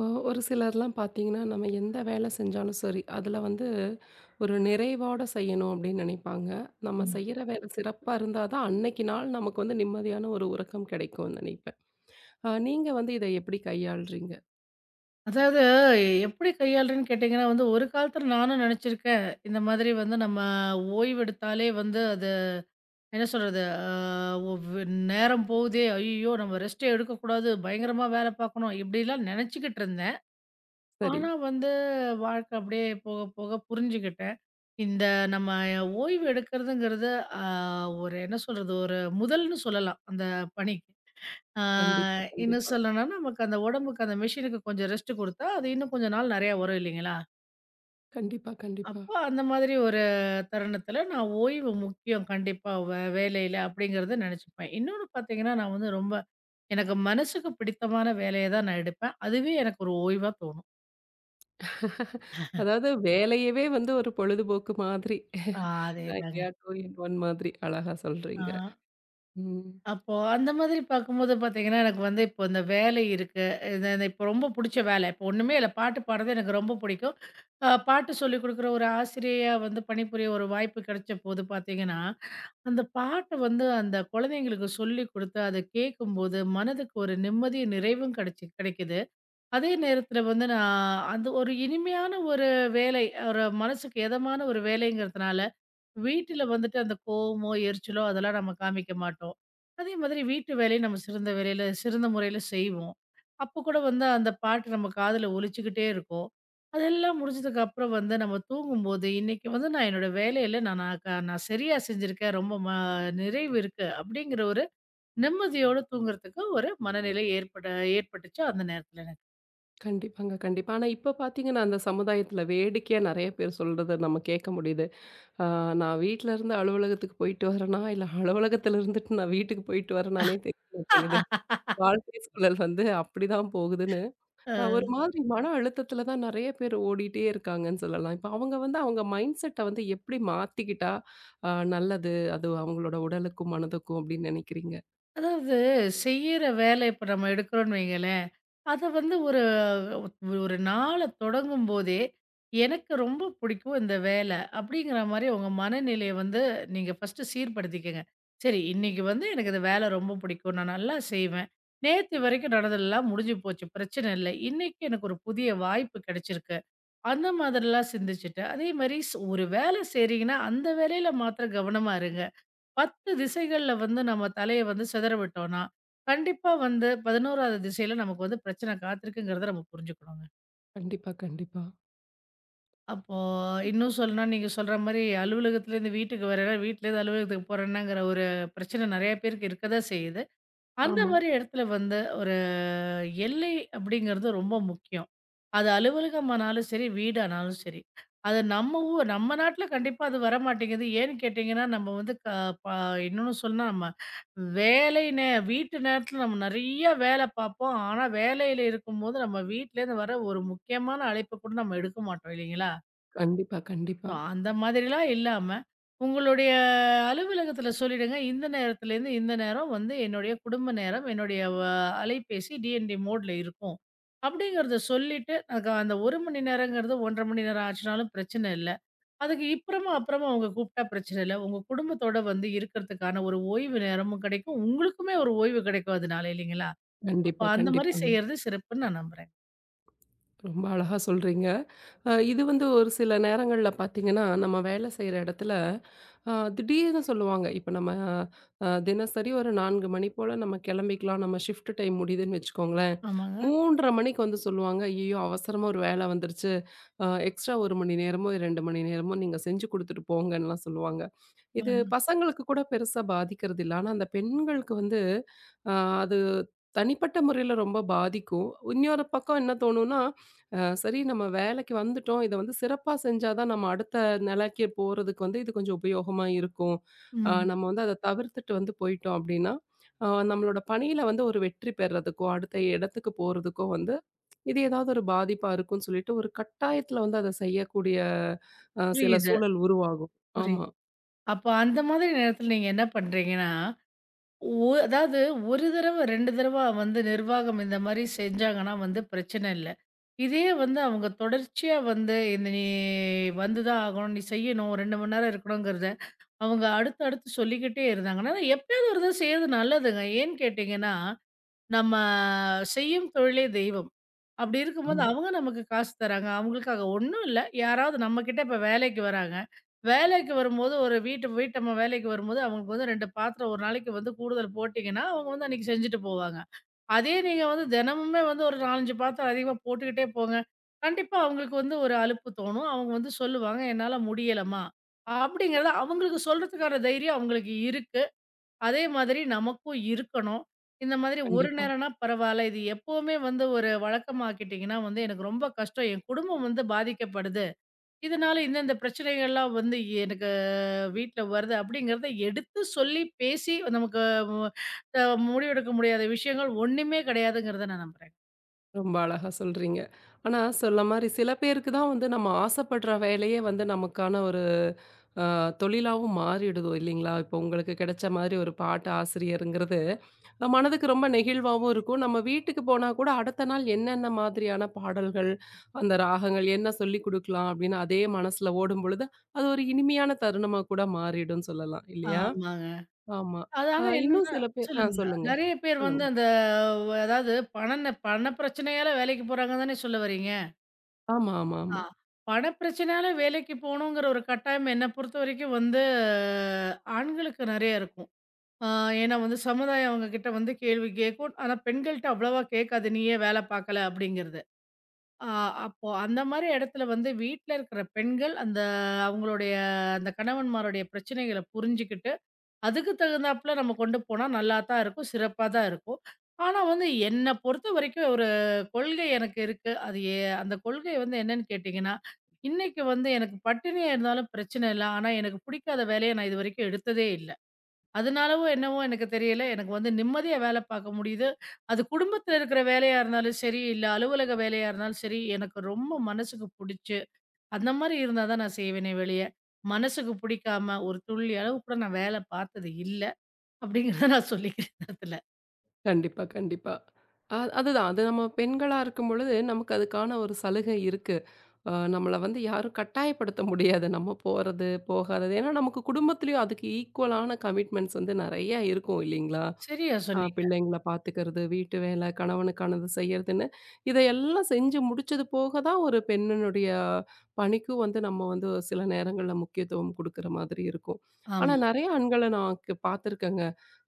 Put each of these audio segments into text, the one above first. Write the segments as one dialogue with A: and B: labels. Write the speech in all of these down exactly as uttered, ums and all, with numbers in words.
A: ஒ ஒரு சிலர்லாம் பார்த்தீங்கன்னா, நம்ம எந்த வேலை செஞ்சாலும் சரி, அதில வந்து ஒரு நிறைவோட செய்யணும் அப்படின்னு நினைப்பாங்க. நம்ம
B: ஆமா.
A: செய்யற வேலை சிறப்பா இருந்தா தான் அன்னைக்கு நாள் நமக்கு வந்து நிம்மதியான ஒரு உறக்கம் கிடைக்கும்னு நினைப்பேன். அ நீங்க வந்து இத எப்படி கையாள்றீங்க?
B: அதாவது எப்படி கையாளுறேன்னு கேட்டீங்கன்னா வந்து, ஒரு காலத்துல நானும் நெனச்சிருக்கேன். இந்த மாதிரி வந்து நம்ம ஓய்வெடுத்தாலே வந்து அது என்ன சொல்றது? ஆ ஒவ் நேரம் போகுதே! ஐய்யய்யோ! நம்ம ரெஸ்ட்டே எடுக்கக்கூடாது. பயங்கரமா வேல பார்க்கணும். இப்படிலாம் நெனச்சுக்கிட்டு இருந்தேன்.
A: சரி.
B: ஆனா வந்து வாழ்க்கை அப்படியே போக போக புரிஞ்சுக்கிட்டேன். இந்த நம்ம ஓய்வு எடுக்கிறதுங்கிறது, ஆ ஒரு என்ன சொல்றது? ஒரு முதல்ன்னு சொல்லலாம் அந்த பணிக்கு. ஆ
A: கண்டிப்பா,
B: இன்னும்
A: கண்டிப்பா.
B: சொல்லணும்னா, நமக்கு அந்த உடம்புக்கு அந்த மெஷினுக்கு கொஞ்சம் ரெஸ்ட் குடுத்தா, அது இன்னும் கொஞ்ச நாள் நெறையா வரும் இல்லைங்களா?
A: கண்டிப்பா, கண்டிப்பா.
B: அப்போ அந்த மாதிரி ஒரு தருணத்தில நான் ஓய்வு முக்கியம் கண்டிப்பா வே வேலையில அப்படிங்கிறத நெனச்சுப்பேன். இன்னொன்னு பார்த்தீங்கன்னா, நான் வந்து ரொம்ப எனக்கு மனசுக்கு பிடித்தமான வேலைய தான் நான் எடுப்பேன். அதுவே எனக்கு ஒரு ஓய்வா தோணும்.
A: அதாவது வேலையவே வந்து ஒரு பொழுதுபோக்கு மாதிரி.
B: ஆ அதேதாங்க.
A: இல்லையா டூ இன் ஒன் மாதிரி அழகா
B: ஆ.
A: சொல்றீங்க. ம்.
B: அப்போ அந்த மாதிரி பார்க்கும்போது பார்த்தீங்கன்னா, எனக்கு வந்து இப்போ இந்த வேலை இருக்கு. இது இந்த இப்போ ரொம்ப புடிச்ச வேலை. இப்போ ஒண்ணுமே இல்ல. பாட்டு பாடுறது எனக்கு ரொம்ப புடிக்கும். அ பாட்டு சொல்லிக் குடுக்குற ஒரு ஆசிரியையா வந்து பணிபுரிய ஒரு வாய்ப்பு கிடைச்சபோது பார்த்தீங்கன்னா, அந்த பாட்ட வந்து அந்த குழந்தைங்களுக்கு சொல்லிக் குடுத்து, அத கேட்கும்போது மனதுக்கு ஒரு நிம்மதியும், நிறைவும் கிடைச்சு கிடைக்குது. அதே நேரத்தில வந்து நான் அந்த ஒரு இனிமையான ஒரு வேலை, ஒரு மனசுக்கு எதமான ஒரு வேலைங்கிறதுனால வீட்டில வந்துட்டு அந்த கோவமோ, எரிச்சலோ அதெல்லாம் நம்ம காமிக்க மாட்டோம். அதே மாதிரி வீட்டு வேலைய நம்ம சிறந்த வேலையில சிறந்த முறையில செய்வோம். அப்போ கூட வந்து அந்த பாட்டு நம்ம காதுல ஒலிச்சுக்கிட்டே இருக்கும். அதெல்லாம் முடிஞ்சதுக்கு அப்புறம் வந்து நம்ம தூங்கும்போது, "இன்னைக்கு வந்து நான் என்னோட வேலையில நான் நான் க நான் சரியா செஞ்சிருக்கேன். ரொம்ப ம நிறைவு இருக்கு." அப்படிங்கிற ஒரு நிம்மதியோட தூங்குறதுக்கு ஒரு மனநிலை ஏற்பட ஏற்பட்டுச்சு அந்த நேரத்துல எனக்கு.
A: கண்டிப்பாங்க, கண்டிப்பா. ஆனா இப்ப பார்த்தீங்கன்னா, அந்த சமுதாயத்தில வேடிக்கையா நெறைய பேர் சொல்றத நம்ம கேட்க முடியுது. ஆ, நான் வீட்ல இருந்து அலுவலகத்துக்கு போயிட்டு வரேனா, இல்ல அலுவலகத்துல இருந்துட்டு நான் வீட்டுக்கு போயிட்டு வரேனானே தெரிய மாட்டேங்குது. வாழ்க்கை சூழல் வந்து அப்படிதான் போகுதுன்னு, அ ஒரு
B: அ.
A: மாதிரி மன அழுத்தத்துல தான் நெறைய பேர் ஓடிட்டே இருக்காங்கன்னு சொல்லலாம். இப்ப அவங்க வந்து அவங்க மைண்ட் செட்ட வந்து எப்படி மாத்திக்கிட்டா அ நல்லது, அது அவங்களோட உடலுக்கும், மனதுக்கும் அப்படின்னு நெனைக்கிறீங்க?
B: அதாவது செய்யிற வேலை இப்ப நம்ம எடுக்கிறோம்ன்னு வைங்களேன், அத வந்து ஒரு ஒரு நாள தொடங்கும்போதே, "எனக்கு ரொம்ப பிடிக்கும் இந்த வேலை." அப்படிங்கிற மாரி உங்க மனநிலைய வந்து நீங்க ஃபர்ஸ்ட்டு சீர்படுத்திக்கங்க. சரி இன்னைக்கு வந்து எனக்கு இந்த வேலை ரொம்ப பிடிக்கும். நான் நல்லா செய்வேன். நேத்து வரைக்கும் நடந்ததெல்லாம் முடிஞ்சு போச்சு. பிரச்சனை இல்ல. இன்னைக்கு எனக்கு ஒரு புதிய வாய்ப்பு கிடைச்சிருக்கு. அந்த மாதிரிலாம் சிந்திச்சுட்டு, அதே மாரி ஸ் ஒரு வேலை செய்றீங்கன்னா, அந்த வேலையில மாத்திரம் கவனமா இருங்க. பத்து திசைகள்ல வந்து நம்ம தலைய வந்து சிதற விட்டோம்னா, கண்டிப்பா வந்து பதினோராவது திசையில நமக்கு வந்து பிரச்சனை காத்திருக்குங்கிறத நம்ம புரிஞ்சுக்கணுங்க.
A: கண்டிப்பா, கண்டிப்பா.
B: அப்போ இன்னும் சொல்லணும்னா, நீங்க சொல்ற மாரி அலுவலகத்துலேருந்து வீட்டுக்கு வரேன்னா, வீட்லேருந்து அலுவலகத்துக்கு போறேன்னாங்கிற ஒரு பிரச்சனை நெறைய பேருக்கு இருக்க தான் செய்யுது. அந்த
A: ஆமா.
B: மாரி இடத்துல வந்து எல்லை அப்படிங்கிறது ரொம்ப முக்கியம். அது அலுவலகமானாலும் சரி, வீடானாலும் சரி. அது நம்ம ஊ நம்ம நாட்ல கண்டிப்பா அது வரமாட்டேங்குது. ஏன்னு கேட்டீங்கன்னா, நம்ம வந்து க ப இன்னொன்னு சொன்னா நம்ம வேலை நே வீட்டு நேரத்துல நம்ம நெறைய வேலை பார்ப்போம். ஆனா, வேலையில இருக்கும்போது நம்ம வீட்லேருந்து வர ஒரு முக்கியமான அழைப்ப கூட நம்ம எடுக்க மாட்டோம் இல்லைங்களா?
A: கண்டிப்பா, கண்டிப்பா.
B: ஸோ அந்த மாதிரிலாம் இல்லாம, உங்களுடைய அலுவலகத்துல சொல்லிடுங்க. இந்த நேரத்துலேருந்து இந்த நேரம் வந்து என்னுடைய குடும்ப நேரம், என்னுடைய வ அலைபேசி டிஎன்டி மோட்ல இருக்கும். அப்படிங்கிறத சொல்லிட்டு, அதுக்கு அந்த ஒரு மணி நேரங்கிறது ஒன்றரை மணி நேரம் ஆச்சுனாலும் பிரச்சனை இல்ல. அதுக்கு இப்புறமா, அப்புறமா அவங்க கூப்பிட்டா பிரச்சனை இல்ல. உங்க குடும்பத்தோட வந்து இருக்கிறதுக்கான ஒரு ஓய்வு நேரமும் கிடைக்கும். உங்களுக்குமே ஒரு ஓய்வு கிடைக்கும் அதனால இல்லைங்களா? அப்ப
A: கண்டிப்பா,
B: அந்த மாரி
A: கண்டிப்பாங்க.
B: செய்யறது சிறப்புன்னு நான் நம்புறேன்.
A: ரொம்ப அழகா சொல்றீங்க. அ இது வந்து ஒரு சில நேரங்கள்ல பார்த்தீங்கன்னா, நம்ம வேலை செய்ற இடத்துல அ திடீர்னு சொல்லுவாங்க. இப்ப நம்ம அ தினசரி ஒரு நான்கு மணி போல நம்ம கிளம்பிக்கலாம். நம்ம ஷிஃப்ட் டைம் முடியுதுன்னு வச்சுக்கோங்களேன்.
B: ஆமாங்க.
A: மூன்றரை மணிக்கு வந்து சொல்லுவாங்க, "ஐயய்யோ! அவசரமா ஒரு வேலை வந்துருச்சு. அ எக்ஸ்ட்ரா ஒரு மணி நேரமோ, இரண்டு மணி நேரமோ நீங்க செஞ்சு குடுத்துட்டு போங்கன்லாம் சொல்லுவாங்க. இது
B: ஆமாங்க.
A: பசங்களுக்கு கூட பெருசா பாதிக்கிறது இல்ல. ஆனா அந்த பெண்களுக்கு வந்து அ அது தனிப்பட்ட முறையில ரொம்ப பாதிக்கும். இன்னொரு பக்கம் என்ன தோணும்னா, அ சரி நம்ம வேலைக்கு வந்துட்டோம். இத வந்து சிறப்பா செஞ்சா தான் நம்ம அடுத்த நிலைக்கு போறதுக்கு வந்து இது கொஞ்சம் உபயோகமா இருக்கும். அ
B: ம்.
A: நம்ம வந்து அத தவிர்த்துட்டு வந்து போயிட்டோம் அப்டின்னா, அ நம்மளோட பணியில வந்து ஒரு வெற்றி பெறதுக்கோ, அடுத்த இடத்துக்கு போறதுக்கோ வந்து இது ஏதாவது ஒரு பாதிப்பா இருக்கும்ன்னு சொல்லிட்டு, ஒரு கட்டாயத்துல வந்து அத செய்யக்கூடிய அ சில
B: புரியுது.
A: சூழல் உருவாகும்.
B: புரியுது.
A: ஆமா,
B: அப்ப அந்த மாதிரி நேரத்துல நீங்க என்ன பண்றீங்கன்னா, ஒ அதாவது ஒரு தடவ, ரெண்டு தடவ வந்து நிர்வாகம் இந்த மாரி செஞ்சாங்கன்னா வந்து பிரச்சனை இல்ல. இதே வந்து அவங்க தொடர்ச்சியா வந்து இந்த நீ வந்து தான் ஆகணும், நீ செய்யணும், ரெண்டு மணி நேரம் இருக்கணுங்கிறத அவங்க அடுத்து, அடுத்து சொல்லிக்கிட்டே இருந்தாங்கன்னா, எப்பயாவது ஒரு தடவ செய்றது நல்லதுங்க. ஏன்னு கேட்டீங்கன்னா, நம்ம செய்யும் தொழிலே தெய்வம். அப்படி இருக்கும்போது
A: ஆமா.
B: அவங்க நமக்கு காசு தராங்க. அவங்களுக்காக ஒண்ணும் இல்ல. யாராவது நம்மகிட்ட இப்ப வேலைக்கு வராங்க. வேலைக்கு வரும்போது ஒரு வீட்டு வீட்டம்மா வேலைக்கு வரும்போது, அவங்களுக்கு வந்து ரெண்டு பாத்திரம் ஒரு நாளைக்கு வந்து கூடுதல் போட்டீங்கன்னா, அவங்க வந்து அன்னைக்கு செஞ்சுட்டு போவாங்க. அதே நீங்க வந்து தினமுமே வந்து ஒரு நாலு, அஞ்சு பாத்திரம் அதிகமா போட்டுக்கிட்டே போங்க. கண்டிப்பா அவங்களுக்கு வந்து ஒரு அலுப்பு தோணும். அவங்க வந்து சொல்லுவாங்க, "என்னால முடியலம்மா." அப்படிங்கிறத அவங்களுக்கு சொல்றதுக்கான தைரியம் அவங்களுக்கு இருக்கு. அதே மாதிரி நமக்கும் இருக்கணும். இந்த மாதிரி ஒரு
A: கண்டிப்பா.
B: நேரம்னா பரவால்ல. இது எப்பவுமே வந்து ஒரு வழக்கமாக்கிட்டீங்கன்னா வந்து எனக்கு ரொம்ப கஷ்டம். என் குடும்பம் வந்து பாதிக்கப்படுது. இதனால இந்தந்த பிரச்சனைகள்லாம் வந்து எனக்கு வீட்ல வருது அப்படிங்கிறத எடுத்து சொல்லி பேசி நமக்கு அ முடிவெடுக்க முடியாத விஷயங்கள் ஒண்ணுமே கிடையாதுங்கிறத நான் நம்புறேன்.
A: ரொம்ப அழகா சொல்றீங்க. ஆனா, சொல்ல மாரி சில பேருக்கு தான் வந்து நம்ம ஆசைப்படுற வேலையே வந்து நமக்கான ஒரு அ தொழிலாவும் மாறிடுதோ இல்லைங்களா? இப்போ உங்களுக்கு கிடைச்ச மாரி ஒரு பாட்டு ஆசிரியருங்கிறது, அஹ், மனதுக்கு ரொம்ப நெகிழ்வாவும் இருக்கும். நம்ம வீட்டுக்கு போனா கூட அடுத்த நாள் என்னென்ன மாதிரியான பாடல்கள், அந்த ராகங்கள் என்ன சொல்லிக் குடுக்கலாம் அப்படின்னு அதே மனசுல ஓடும்பொழுது, அது ஒரு இனிமையான தருணமா கூட மாறிடும்னு சொல்லலாம் இல்லையா?
B: ஆமாங்க.
A: ஆமா.
B: அது
A: அ
B: ஆனா
A: இன்னும்
B: என்னன்னா
A: சில பேர் ஆ
B: சொல்லுங்க.
A: சொல்லுங்க.
B: நெறைய பேர்
A: சொல்லுங்க.
B: வந்து அந்த அதாவது பண பண பிரச்சனையால வேலைக்கு போறாங்கன்னு தானே சொல்ல வரீங்க?
A: ஆமா, ஆமா,
B: ஆ.
A: ஆமா.
B: பணப்பிரச்சனையால வேலைக்கு போணுங்கிற ஒரு கட்டாயம் என்ன பொறுத்தவரைக்கும் வந்து ஆண்களுக்கு நெறைய இருக்கும். ஆ ஏன்னா வந்து சமுதாயம் அவங்க கிட்ட வந்து கேள்வி கேட்கும். ஆனா பெண்கள்ட்ட அவ்வளவா கேட்காது. நீ ஏன் வேல பார்க்கல அப்படிங்கிறது. ஆ அப்போ அந்த மாரி இடத்துல வந்து வீட்ல இருக்கிற பெண்கள் அந்த அவங்களுடைய அந்த கணவன்மாருடைய பிரச்சனைகள புரிஞ்சுகிட்டு அதுக்கு தகுந்தாப்புல நம்ம கொண்டு போனா நல்லா தான் இருக்கும். சிறப்பா தான் இருக்கும். ஆனா வந்து என்ன பொறுத்த வரைக்கும் ஒரு கொள்கை எனக்கு இருக்கு. அது எ அந்த கொள்கை வந்து என்னன்னு கேட்டீங்கன்னா, இன்னைக்கு வந்து எனக்கு பட்டினியா இருந்தாலும் பிரச்சனை இல்ல. ஆனா எனக்கு பிடிக்காத வேலைய நான் இதுவரைக்கும் எடுத்ததே இல்ல. அதனாலவோ என்னவோ எனக்கு தெரியல. எனக்கு வந்து நிம்மதியா வேல பார்க்க முடியுது. அது குடும்பத்தில இருக்கிற வேலையா இருந்தாலும் சரி, இல்ல அலுவலக வேலையா இருந்தாலும் சரி, எனக்கு ரொம்ப மனசுக்கு புடிச்சு, அந்த மாரி இருந்தா தான் நான் செய்வேனே வெளிய. மனசுக்கு பிடிக்காம ஒரு துள்ளி அளவு கூட நான் வேல பார்த்தது இல்ல. அப்படிங்கிறத நான் சொல்லிக்கிறேன் இந்த இடத்துல.
A: கண்டிப்பா, கண்டிப்பா. அ அதுதான். அது நம்ம பெண்களா இருக்கும்பொழுது, நமக்கு அதுக்கான ஒரு சலுகை இருக்கு. அ நம்மள வந்து யாரும் கட்டாயப்படுத்த முடியாது. நம்ம போறது, போகாதது. ஏன்னா, நமக்கு குடும்பத்திலயும் அதுக்கு ஈக்குவலான கமிட்மெண்ட்ஸ் வந்து நெறைய இருக்கும் இல்லைங்களா?
B: சரியா
A: ஆ
B: சொன்னீங்க.
A: பிள்ளைங்கள பார்த்துக்கிறது, வீட்டு வேலை, கணவனுக்கானது செய்யறதுன்னு, இதையெல்லாம் செஞ்சு முடிச்சது போக தான் ஒரு பெண்ணினுடைய பணிக்கும் வந்து நம்ம வந்து சில நேரங்கள்ல முக்கியத்துவம் குடுக்குற மாதிரி இருக்கும். ஆனா
B: ஆமா.
A: நெறைய ஆண்கள நான் க் பார்த்துருக்கேங்க.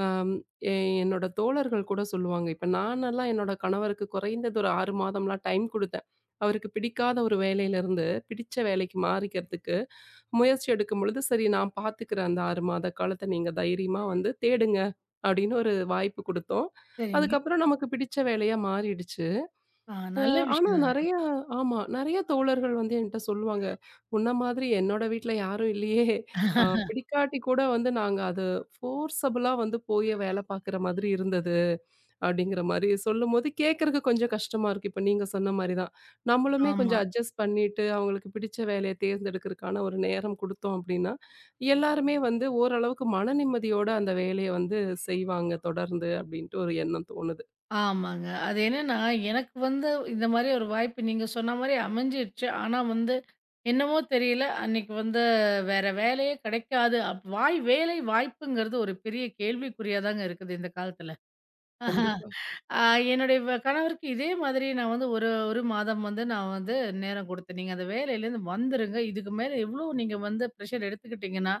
A: அம் எ என்னோட தோழர்கள் கூட சொல்லுவாங்க. இப்ப நானெல்லாம் என்னோட கணவருக்கு குறைந்தது ஒரு ஆறு மாதம்லாம் டைம் குடுத்தேன். அவருக்கு பிடிக்காத ஒரு வேலையிலருந்து பிடிச்ச வேலைக்கு மாறிக்கிறதுக்கு முயற்சி எடுக்கும் பொழுது, "சரி நான் பார்த்துக்கிறேன் அந்த ஆறு மாத காலத்த நீங்க தைரியமா வந்து தேடுங்க." அப்படின்னு ஒரு வாய்ப்பு குடுத்தோம்.
B: சரிங்க.
A: அதுக்கப்புறம் நமக்கு பிடிச்ச வேலையா மாறிடுச்சு.
B: ஆ
A: அ
B: நல்ல
A: ஆனா
B: விஷயம் தானே.
A: நெறைய ஆமா. நெறைய தோழர்கள் வந்து என்ட்ட சொல்லுவாங்க, "உன்ன மாதிரி என்னோட வீட்ல யாரும் இல்லையே! அ பிடிக்காட்டி கூட வந்து நாங்க அது ஃபோர்ஸபிளா வந்து போய் வேல பார்க்குற மாதிரி இருந்தது." அப்படிங்கிற மாரி சொல்லும்போது கேட்கறக்கு கொஞ்சம் கஷ்டமா இருக்கு. இப்ப நீங்க சொன்ன மாரி தான். நம்மளுமே
B: ஆமா.
A: கொஞ்சம் அட்ஜஸ்ட் பண்ணிட்டு, அவங்களுக்கு பிடிச்ச வேலைய தேர்ந்தெடுக்கிறதுக்கான ஒரு நேரம் குடுத்தோம் அப்படின்னா, எல்லாருமே வந்து ஓரளவுக்கு மன நிம்மதியோட அந்த வேலைய வந்து செய்வாங்க தொடர்ந்து அப்படின்ட்டு ஒரு எண்ணம் தோணுது.
B: ஆமாங்க. அது என்னன்னா, எனக்கு வந்து இந்த மாரி ஒரு வாய்ப்பு நீங்க சொன்ன மாரி அமைஞ்சிருச்சு. ஆனா வந்து என்னமோ தெரியல, அன்னைக்கு வந்து வேற வேலையே கிடைக்காது. அப் வாய் வேலை வாய்ப்புங்கிறது ஒரு பெரிய கேள்விக்குறியா தாங்க இருக்குது இந்த காலத்துல. ஆஹா.
A: கண்டிப்பா,
B: ஆ என்னுடைய வ கணவருக்கு இதே மாதிரி நான் வந்து ஒரு 1 மாதம் வந்து நான் வந்து நேரம் குடுத்தேன். நீங்க அந்த வேலையிலேருந்து வந்துருங்க. இதுக்கு மேல எவ்ளோ நீங்க வந்து ப்ரெஷர் எடுத்துக்கிட்டீங்கன்னா,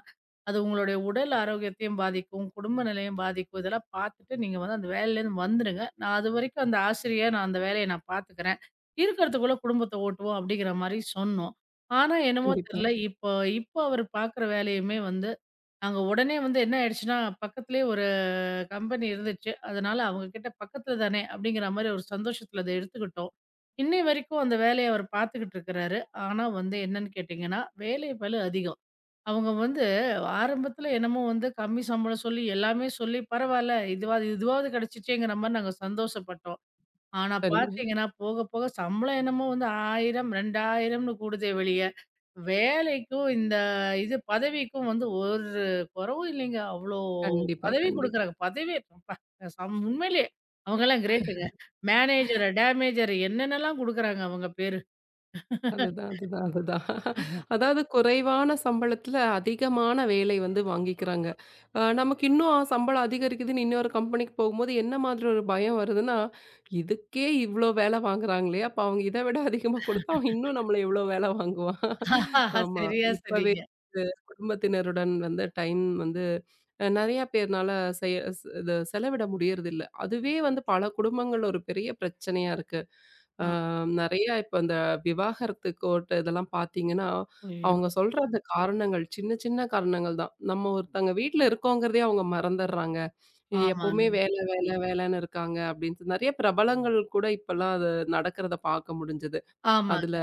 B: அது உங்களுடைய உடல் ஆரோக்கியத்தையும் பாதிக்கும், குடும்ப நிலையும் பாதிக்கும். இதெல்லாம் பார்த்துட்டு நீங்க வந்து அந்த வேலையிலேருந்து வந்துருங்க. நான் அதுவரைக்கும் அந்த ஆசிரியா நான் அந்த வேலைய நான் பார்த்துக்கிறேன். இருக்கிறதுக்குள்ள குடும்பத்த ஓட்டுவோம் அப்டிங்கிற மாரி சொன்னோம். ஆனா என்னமோ
A: கண்டிப்பா.
B: தெர்ல, இப்போ இப்போ அவரு பார்க்குற வேலையுமே வந்து நாங்க உடனே வந்து என்ன ஆயிடுச்சுன்னா, பக்கத்திலேயே ஒரு கம்பெனி இருந்துச்சு. அதனால அவங்க கிட்ட பக்கத்துல தானே அப்படிங்கிற மாரி ஒரு சந்தோஷத்துல அத எடுத்துக்கிட்டோம். இன்னை வரைக்கும் அந்த வேலைய அவர் பார்த்துக்கிட்டு இருக்கிறாரு. ஆனா வந்து என்னன்னு கேட்டீங்கன்னா, வேலை பளு அதிகம். அவங்க வந்து ஆரம்பத்துல என்னமோ வந்து கம்மி சம்பளம் சொல்லி எல்லாமே சொல்லி பரவால்ல இதுவா இதுவாவது கிடைச்சிச்சேங்கிற மாரி நாங்க சந்தோஷப்பட்டோம். ஆனா
A: சரிங்க.
B: பார்த்தீங்கன்னா, போக போக சம்பளம் என்னமோ வந்து ஆயிரம், 2000ன்னு கூடுதே வெளிய. வேலைக்கும் இந்த இது பதவிக்கும் வந்து ஒரு குறைவும் இல்லைங்க. அவ்ளோ
A: கண்டிப்பா,
B: பதவி
A: கண்டிப்பா.
B: குடுக்குறாங்க. பதவி அப்பா சம் உண்மையிலேயே அவங்கலாம் கிரேட்டுங்க. மேனேஜர், டேமேஜர் என்னென்னலாம் குடுக்குறாங்க அவங்க பேரு.
A: அதுதான், அதுதான், அதுதான். அதாவது குறைவான சம்பளத்துல அதிகமான வேலை வந்து வாங்கிக்கிறாங்க. அ நமக்கு இன்னும் ஆ, சம்பளம் அதிகரிக்குதுன்னு இன்னொரு கம்பெனிக்கு போகும்போது என்ன மாதிரி ஒரு பயம் வருதுன்னா, இதுக்கே இவ்ளோ வேலை வாங்குறாங்களே! அப்ப அவங்க இத விட அதிகமா குடுத்தா அவன் இன்னும் நம்மள எவ்ளோ வேலை வாங்குவான்? ஆமா.
B: சரியா
A: இப்பவே
B: சொன்னீங்க.
A: குடும்பத்தினருடன் வந்து டைம் வந்து அஹ், நிறைய பேர்னால செய்ய ஸ்- இது செலவிட முடியறதில்ல. அதுவே வந்து பல குடும்பங்கள் ஒரு பெரிய பிரச்சனையா இருக்கு.
B: ஆ.
A: அஹ், நிறைய இப்போ இந்த விவாகரத்து கோர்ட் இதெல்லாம் பார்த்தீங்கன்னா,
B: ஐயோ!
A: அவங்க சொல்ற அந்த காரணங்கள் சின்ன சின்ன காரணங்கள் தான். நம்ம ஒருத்தங்க வீட்ல இருக்கோங்கிறதையே அவங்க மறந்துடுறாங்க. எ- எப்பவுமே
B: ஆமாங்க.
A: வேலை வேலை வேலைன்னு இருக்காங்க அப்படின்னு சொல்லி நிறைய பிரபலங்கள் கூட இப்பல்லாம் அது நடக்கிறத பார்க்க முடிஞ்சது. அதுல
B: ஆமாங்க.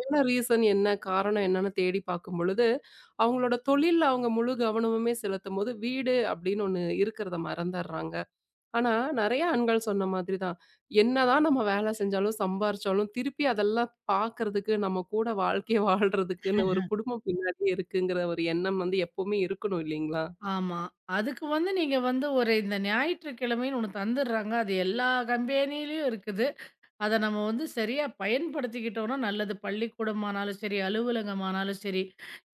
A: என்ன ரீசன் என்ன காரணம் என்னன்னு தேடி பார்க்கும்பொழுது, அவங்களோட தொழில்ல அவங்க முழு கவனமுமே செலுத்தும்போது, வீடு அப்படின்னு ஒண்ணு இருக்கிறத மறந்தர்றாங்க. ஆனா நெறைய ஆண்கள் சொன்ன மாதிரி தான். என்னதான் நம்ம வேலை செஞ்சாலும், சம்பாரிச்சாலும் திருப்பி அதெல்லாம் பார்க்கறதுக்கு, நம்ம கூட வாழ்க்கைய வாழ்றதுக்குன்னு ஒரு குடும்பம் பின்னாடியே இருக்குங்கிற ஒரு எண்ணம் வந்து எப்பவுமே இருக்கணும் இல்லைங்களா?
B: ஆமா. அதுக்கு வந்து நீங்க வந்து ஒரு இந்த ஞாயிற்றுக்கிழமைன்னு ஒண்ணு தந்துடுறாங்க. அது எல்லா கம்பெனிலயும் இருக்குது. அத நம்ம வந்து சரியா பயன்படுத்திக்கிட்டோம்னா நல்லது. பள்ளிக்கூடமானாலும் சரி, அலுவலகமானாலும் சரி,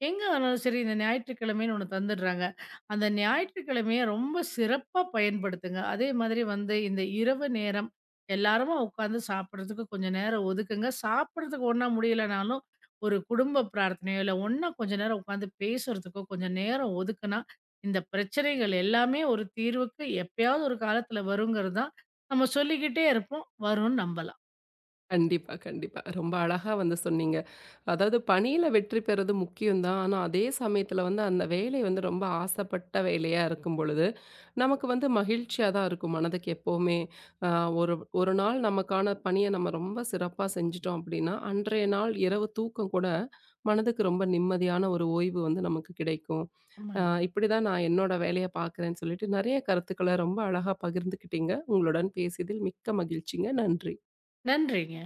B: எங்க ஆனாலும் சரி இந்த ஞாயிற்றுக்கிழமைன்னு ஒண்ணு தந்துடுறாங்க. அந்த ஞாயிற்றுக்கிழமைய ரொம்ப சிறப்பா பயன்படுத்துங்க. அதே மாதிரி வந்து இந்த இரவு நேரம் எல்லாருமா உட்காந்து சாப்பிடுறதுக்கு கொஞ்சம் நேரம் ஒதுக்குங்க. சாப்பிடுறதுக்கு ஒண்ணா முடியலனாலும், ஒரு குடும்ப பிரார்த்தனையோ, இல்ல ஒண்ணா கொஞ்ச நேரம் உட்காந்து பேசுறதுக்கோ கொஞ்சம் நேரம் ஒதுக்குனா, இந்த பிரச்சனைகள் எல்லாமே ஒரு தீர்வுக்கு எப்பயாவது ஒரு காலத்துல வருங்கிறது தான் நம்ம சொல்லிக்கிட்டே இருப்போம். வரும்னு நம்பலாம்.
A: கண்டிப்பா, கண்டிப்பா. ரொம்ப அழகா வந்து சொன்னீங்க. அதாவது பணியில வெற்றி பெறது முக்கியம் தான். ஆனா, அதே சமயத்துல வந்து அந்த வேலை வந்து ரொம்ப ஆசைப்பட்ட வேலையா இருக்கும் பொழுது, நமக்கு வந்து மகிழ்ச்சியா தான் இருக்கும் மனதுக்கு எப்பவுமே. அ ஒரு ஒரு நாள் நமக்கான பணிய நம்ம ரொம்ப சிறப்பா செஞ்சுட்டோம் அப்படின்னா, அன்றைய நாள் இரவு தூக்கம் கூட மனதுக்கு ரொம்ப நிம்மதியான ஒரு ஓய்வு வந்து நமக்கு கிடைக்கும். அ
B: ஆமாங்க.
A: இப்படிதான் நான் என்னோட வேலைய பார்க்குறேன்னு சொல்லிட்டு, நெறைய கருத்துக்கள ரொம்ப அழகா பகிர்ந்துக்கிட்டீங்க. உங்களுடன் பேசியதில் மிக்க மகிழ்ச்சிங்க. நன்றி.
B: நன்றிங்க.